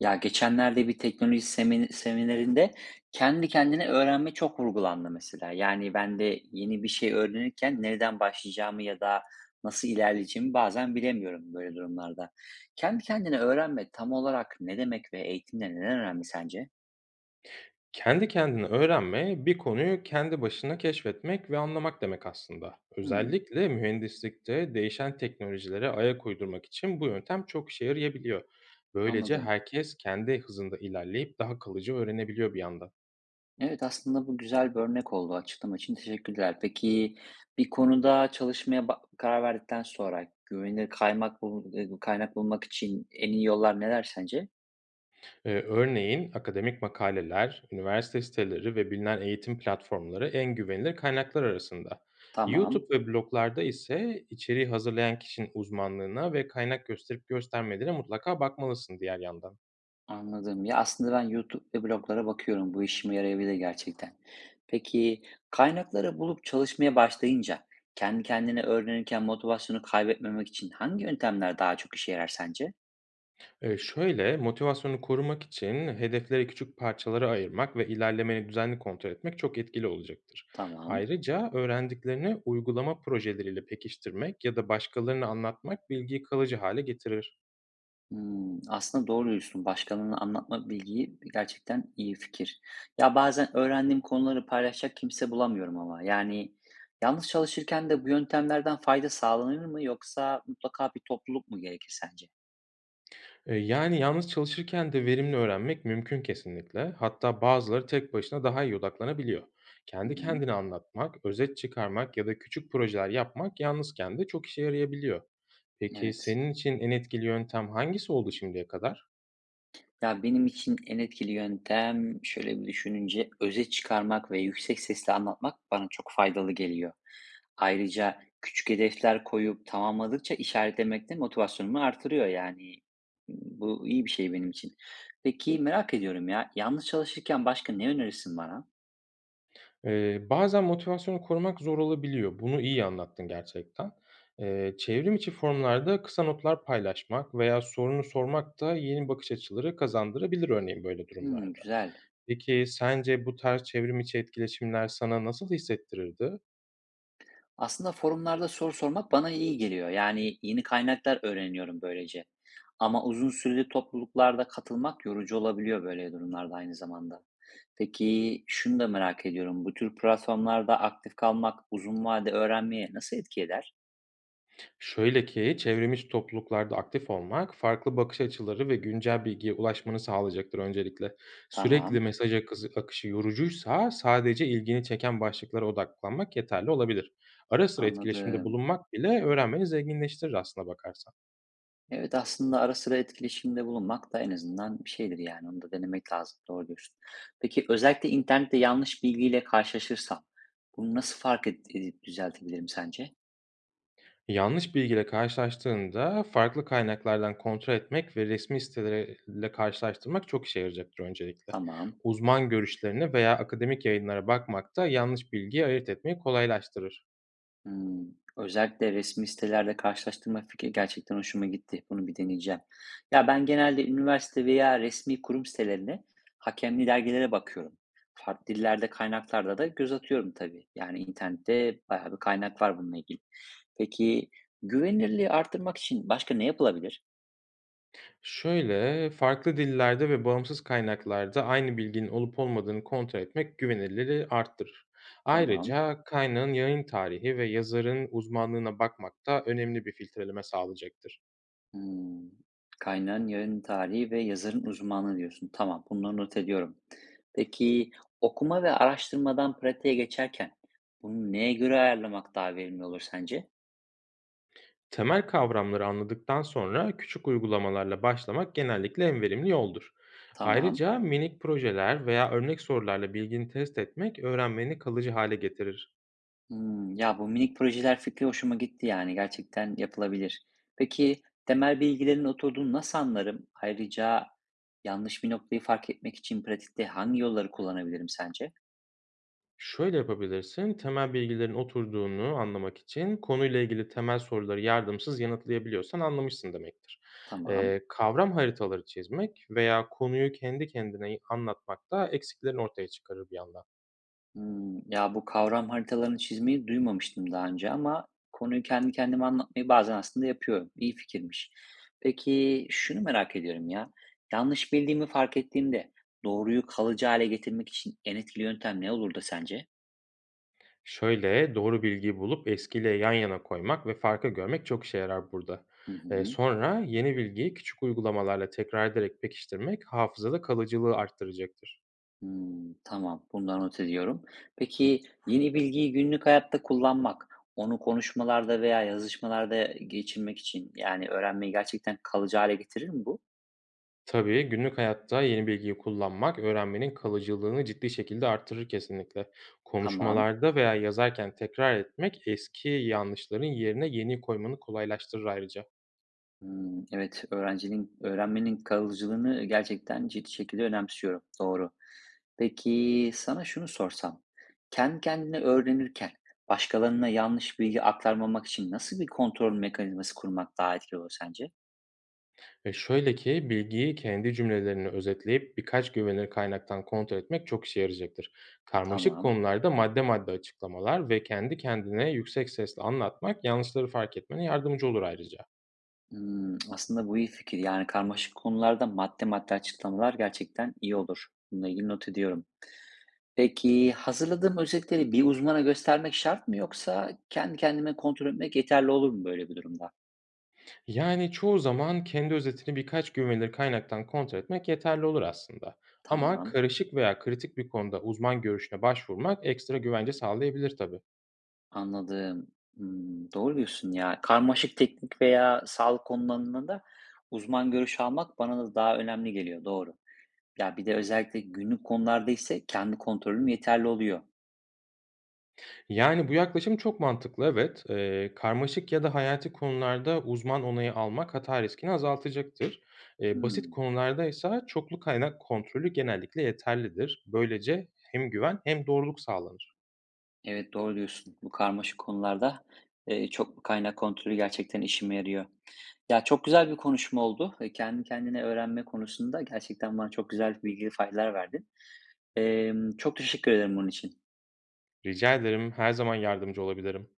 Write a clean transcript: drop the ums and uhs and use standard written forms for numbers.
Ya geçenlerde bir teknoloji seminerinde kendi kendine öğrenme çok vurgulandı mesela. Yani ben de yeni bir şey öğrenirken nereden başlayacağımı ya da nasıl ilerleyeceğimi bazen bilemiyorum böyle durumlarda. Kendi kendine öğrenme tam olarak ne demek ve eğitimde neden önemli sence? Kendi kendine öğrenme, bir konuyu kendi başına keşfetmek ve anlamak demek aslında. Hmm, Özellikle mühendislikte değişen teknolojilere ayak uydurmak için bu yöntem çok işe yarayabiliyor. Böylece anladım. herkes kendi hızında ilerleyip daha kalıcı öğrenebiliyor bir yandan. Evet, aslında bu güzel bir örnek oldu. Açıklama için teşekkürler. Peki bir konuda çalışmaya karar verdikten sonra güvenilir kaynak, kaynak bulmak için en iyi yollar neler sence? Örneğin akademik makaleler, üniversite siteleri ve bilinen eğitim platformları en güvenilir kaynaklar arasında. YouTube Tamam, ve bloglarda ise içeriği hazırlayan kişinin uzmanlığına ve kaynak gösterip göstermediğine mutlaka bakmalısın diğer yandan. anladım. Ya, aslında ben YouTube ve bloglara bakıyorum. Bu işime yarayabilir gerçekten. Peki, kaynakları bulup çalışmaya başlayınca kendi kendine öğrenirken motivasyonu kaybetmemek için hangi yöntemler daha çok işe yarar sence? Motivasyonu korumak için hedefleri küçük parçalara ayırmak ve ilerlemeni düzenli kontrol etmek çok etkili olacaktır. Tamam. Ayrıca öğrendiklerini uygulama projeleriyle pekiştirmek ya da başkalarına anlatmak bilgiyi kalıcı hale getirir. Hımm, aslında doğru diyorsun. Başkalarına anlatmak bilgiyi gerçekten iyi fikir. Ya, bazen öğrendiğim konuları paylaşacak kimse bulamıyorum ama. Yani yalnız çalışırken de bu yöntemlerden fayda sağlanır mı yoksa mutlaka bir topluluk mu gerekir sence? Yani yalnız çalışırken de verimli öğrenmek mümkün kesinlikle. Hatta bazıları tek başına daha iyi odaklanabiliyor. Hı Kendi hı. kendine anlatmak, özet çıkarmak ya da küçük projeler yapmak yalnızken de çok işe yarayabiliyor. Peki Evet. senin için en etkili yöntem hangisi oldu şimdiye kadar? Ya, benim için en etkili yöntem şöyle bir düşününce öze çıkarmak ve yüksek sesle anlatmak bana çok faydalı geliyor. Ayrıca küçük hedefler koyup tamamladıkça işaretlemek de motivasyonumu artırıyor yani. Bu iyi bir şey benim için. Peki merak ediyorum ya, yalnız çalışırken başka ne önerirsin bana? Bazen motivasyonu korumak zor olabiliyor. Bunu iyi anlattın gerçekten. Çevrim içi forumlarda kısa notlar paylaşmak veya sorunu sormak da yeni bakış açıları kazandırabilir örneğin böyle Hımm, durumlarda. güzel. Peki sence bu tarz çevrim içi etkileşimler sana nasıl hissettirirdi? Aslında forumlarda soru sormak bana iyi geliyor. Yani yeni kaynaklar öğreniyorum böylece. Ama uzun süreli topluluklarda katılmak yorucu olabiliyor böyle durumlarda aynı zamanda. Peki şunu da merak ediyorum. Bu tür platformlarda aktif kalmak uzun vade öğrenmeye nasıl etki eder? Şöyle ki, çevrimiçi topluluklarda aktif olmak, farklı bakış açıları ve güncel bilgiye ulaşmanı sağlayacaktır öncelikle. Sürekli Tamam, akışı yorucuysa sadece ilgini çeken başlıklara odaklanmak yeterli olabilir. Ara sıra etkileşimde anladım. bulunmak bile öğrenmeni zenginleştirir aslına bakarsan. Evet, aslında ara sıra etkileşimde bulunmak da en azından bir şeydir yani. Onu da denemek lazım. Doğru diyorsun. Peki özellikle internette yanlış bilgiyle karşılaşırsam bunu nasıl fark edip düzeltebilirim sence? Yanlış bilgiyle karşılaştığında farklı kaynaklardan kontrol etmek ve resmi sitelerle karşılaştırmak çok işe yarayacaktır öncelikle. Tamam. Uzman görüşlerine veya akademik yayınlara bakmak da yanlış bilgiyi ayırt etmeyi kolaylaştırır. Hımm. Özellikle resmi sitelerle karşılaştırma fikri gerçekten hoşuma gitti. Bunu bir deneyeceğim. Ya, ben genelde üniversite veya resmi kurum sitelerine, hakemli dergilere bakıyorum. Farklı dillerde kaynaklarda da göz atıyorum tabii. Yani internette bayağı bir kaynak var bununla ilgili. Peki güvenilirliği arttırmak için başka ne yapılabilir? Şöyle, farklı dillerde ve bağımsız kaynaklarda aynı bilginin olup olmadığını kontrol etmek güvenilirliği arttırır. Tamam. Ayrıca kaynağın yayın tarihi ve yazarın uzmanlığına bakmak da önemli bir filtreleme sağlayacaktır. Hımm. Kaynağın, yayın tarihi ve yazarın uzmanlığı diyorsun. Tamam, bunları not ediyorum. Peki, okuma ve araştırmadan pratiğe geçerken bunu neye göre ayarlamak daha verimli olur sence? Temel kavramları anladıktan sonra küçük uygulamalarla başlamak genellikle en verimli yoldur. Tamam. Ayrıca minik projeler veya örnek sorularla bilgini test etmek öğrenmeni kalıcı hale getirir. Hımm. Ya, bu minik projeler fikri hoşuma gitti yani. Gerçekten yapılabilir. Peki, temel bilgilerin oturduğunu nasıl anlarım? Ayrıca yanlış bir noktayı fark etmek için pratikte hangi yolları kullanabilirim sence? Şöyle yapabilirsin, temel bilgilerin oturduğunu anlamak için konuyla ilgili temel soruları yardımsız yanıtlayabiliyorsan anlamışsın demektir. Tamam. Kavram haritaları çizmek veya konuyu kendi kendine anlatmak da eksiklerini ortaya çıkarır bir yandan. Hımm. Ya, bu kavram haritalarını çizmeyi duymamıştım daha önce ama konuyu kendi kendime anlatmayı bazen aslında yapıyorum. İyi fikirmiş. Peki, şunu merak ediyorum ya, yanlış bildiğimi fark ettiğimde doğruyu kalıcı hale getirmek için en etkili yöntem ne olurdu sence? Şöyle doğru bilgiyi bulup eskiyle yan yana koymak ve farkı görmek çok işe yarar burada. Hı hı. Sonra yeni bilgiyi küçük uygulamalarla tekrar ederek pekiştirmek hafızada kalıcılığı arttıracaktır. Hımm, tamam, bunu not ediyorum. Peki, yeni bilgiyi günlük hayatta kullanmak, onu konuşmalarda veya yazışmalarda geçirmek için, yani, öğrenmeyi gerçekten kalıcı hale getirir mi bu? Tabii günlük hayatta yeni bilgiyi kullanmak öğrenmenin kalıcılığını ciddi şekilde artırır kesinlikle. Tamam. Konuşmalarda veya yazarken tekrar etmek eski yanlışların yerine yeni koymanı kolaylaştırır ayrıca. Hımm, evet, öğrencinin öğrenmenin kalıcılığını gerçekten ciddi şekilde önemsiyorum. Doğru. Peki, sana şunu sorsam, kendi kendine öğrenirken başkalarına yanlış bilgi aktarmamak için nasıl bir kontrol mekanizması kurmak daha etkili olur sence? Şöyle ki bilgiyi kendi cümlelerini özetleyip birkaç güvenilir kaynaktan kontrol etmek çok işe yarayacaktır. Karmaşık Tamam. konularda madde madde açıklamalar ve kendi kendine yüksek sesle anlatmak yanlışları fark etmene yardımcı olur ayrıca. Hımm, aslında bu iyi fikir. Yani karmaşık konularda madde madde açıklamalar gerçekten iyi olur. Bununla ilgili not ediyorum. Peki, hazırladığım özetleri bir uzmana göstermek şart mı yoksa kendi kendime kontrol etmek yeterli olur mu böyle bir durumda? Yani çoğu zaman kendi özetini birkaç güvenilir kaynaktan kontrol etmek yeterli olur aslında. Ama Tamam. karışık veya kritik bir konuda uzman görüşüne başvurmak ekstra güvence sağlayabilir tabii. Anladım. Hımm, doğru diyorsun ya. Karmaşık teknik veya sağlık konularında da uzman görüş almak bana da daha önemli geliyor, doğru. Ya, bir de özellikle günlük konularda ise kendi kontrolüm yeterli oluyor. Yani bu yaklaşım çok mantıklı evet. Karmaşık ya da hayati konularda uzman onayı almak hata riskini azaltacaktır. Basit Hımm. konularda ise çoklu kaynak kontrolü genellikle yeterlidir. Böylece hem güven hem doğruluk sağlanır. Evet, doğru diyorsun. Bu karmaşık konularda, çoklu kaynak kontrolü gerçekten işime yarıyor. Ya, çok güzel bir konuşma oldu. Kendi kendine öğrenme konusunda gerçekten bana çok güzel bilgi, faydalar verdin. Çok teşekkür ederim bunun için. Rica ederim, her zaman yardımcı olabilirim.